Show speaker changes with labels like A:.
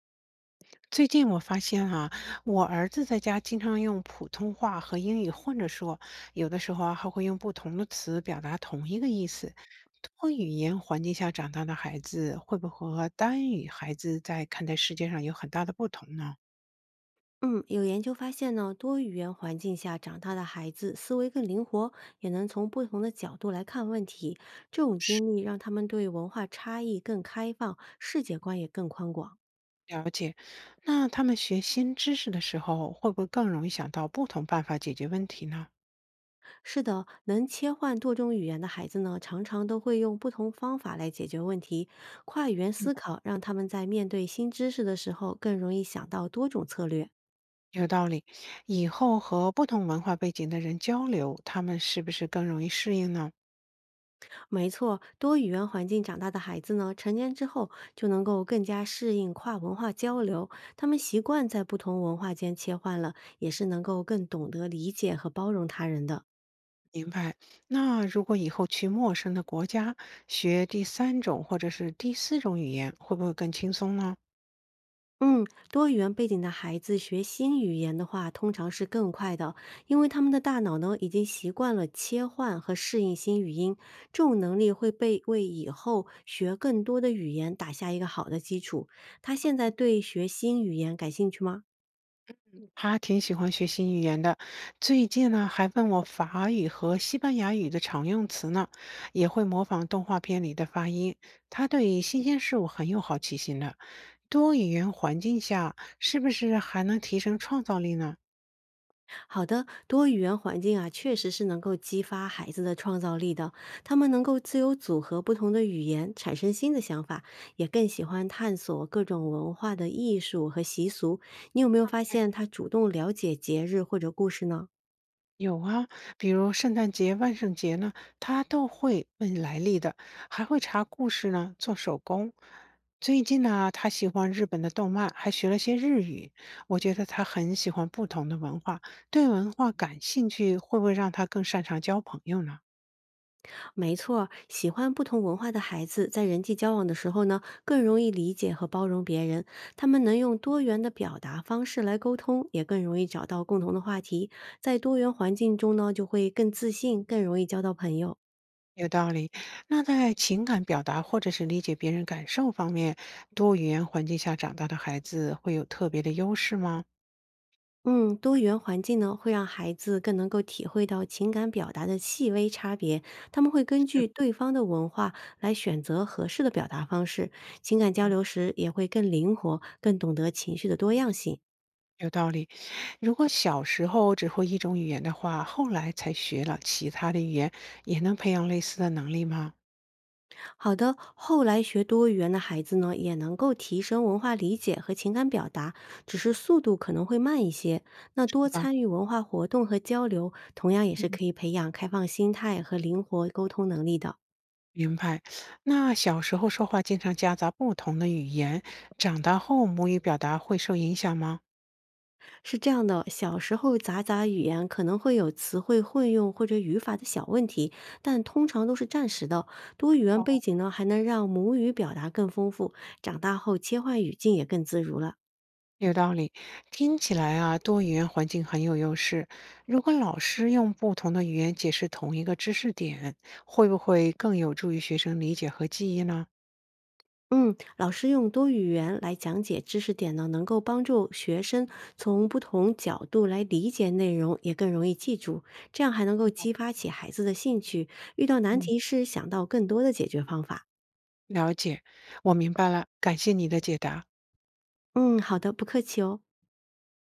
A: 最近我发现啊，我儿子在家经常用普通话和英语混着说，有的时候啊还会用不同的词表达同一个意思。多语言环境下长大的孩子，会不会和单语孩子在看待世界上有很大的不同呢？
B: 嗯，有研究发现呢，多语言环境下长大的孩子思维更灵活，也能从不同的角度来看问题。这种经历让他们对文化差异更开放，世界观也更宽广。
A: 了解，那他们学新知识的时候，会不会更容易想到不同办法解决问题呢？
B: 是的，能切换多种语言的孩子呢，常常都会用不同方法来解决问题。跨语言思考让他们在面对新知识的时候，更容易想到多种策略。
A: 有道理，以后和不同文化背景的人交流，他们是不是更容易适应呢？
B: 没错，多语言环境长大的孩子呢，成年之后就能够更加适应跨文化交流，他们习惯在不同文化间切换了，也是能够更懂得理解和包容他人的。
A: 明白。那如果以后去陌生的国家学第三种或者是第四种语言，会不会更轻松呢？
B: 嗯，多语言背景的孩子学新语言的话，通常是更快的，因为他们的大脑呢已经习惯了切换和适应新语音，这种能力会被为以后学更多的语言打下一个好的基础。他现在对学新语言感兴趣吗？
A: 他挺喜欢学习语言的，最近呢还问我法语和西班牙语的常用词呢，也会模仿动画片里的发音。他对新鲜事物很有好奇心的。多语言环境下，是不是还能提升创造力呢？
B: 好的，多语言环境啊，确实是能够激发孩子的创造力的。他们能够自由组合不同的语言，产生新的想法，也更喜欢探索各种文化的艺术和习俗。你有没有发现他主动了解节日或者故事呢？
A: 有啊，比如圣诞节、万圣节呢，他都会问来历的，还会查故事呢，做手工。最近呢，他喜欢日本的动漫，还学了些日语。我觉得他很喜欢不同的文化，对文化感兴趣，会不会让他更擅长交朋友呢？
B: 没错儿喜欢不同文化的孩子在人际交往的时候呢，更容易理解和包容别人。他们能用多元的表达方式来沟通，也更容易找到共同的话题。在多元环境中呢，就会更自信，更容易交到朋友。
A: 有道理。那在情感表达或者是理解别人感受方面，多语言环境下长大的孩子会有特别的优势吗？
B: 嗯，多元环境呢，会让孩子更能够体会到情感表达的细微差别。他们会根据对方的文化来选择合适的表达方式，情感交
A: 是，
B: 流时也会更灵活，更懂得情绪的多样性。
A: 有道理。如果小时候只会一种语言的话，后来才学了其他的语言，也能培养类似的能力吗？
B: 好的，后来学多语言的孩子呢，也能够提升文化理解和情感表达，只是速度可能会慢一些。那多
A: 啊，
B: 参与文化活动和交流，同样也是
A: 嗯，
B: 可以培养开放心态和灵活沟通能力的。
A: 明白。那小时候说话经常夹杂不同的语言，长大后母语表达会受影响吗？
B: 是这样的，小时候杂语言可能会有词汇混用或者语法的小问题，但通常都是暂时的。多语言背景呢，还能让母语表达更丰富，长大后切换语境也更自如了。
A: 有道理，听起来啊，多语言环境很有优势。如果老师用不同的语言解释同一个知识点，会不会更有助于学生理解和记忆呢？
B: 嗯，老师用多语言来讲解知识点呢，能够帮助学生从不同角度来理解内容，也更容易记住。这样还能够激发起孩子的兴趣，遇到难
A: 嗯，
B: 题时想到更多的解决方法。
A: 了解，我明白了，感谢你的解答。
B: 嗯，好的，不客气哦。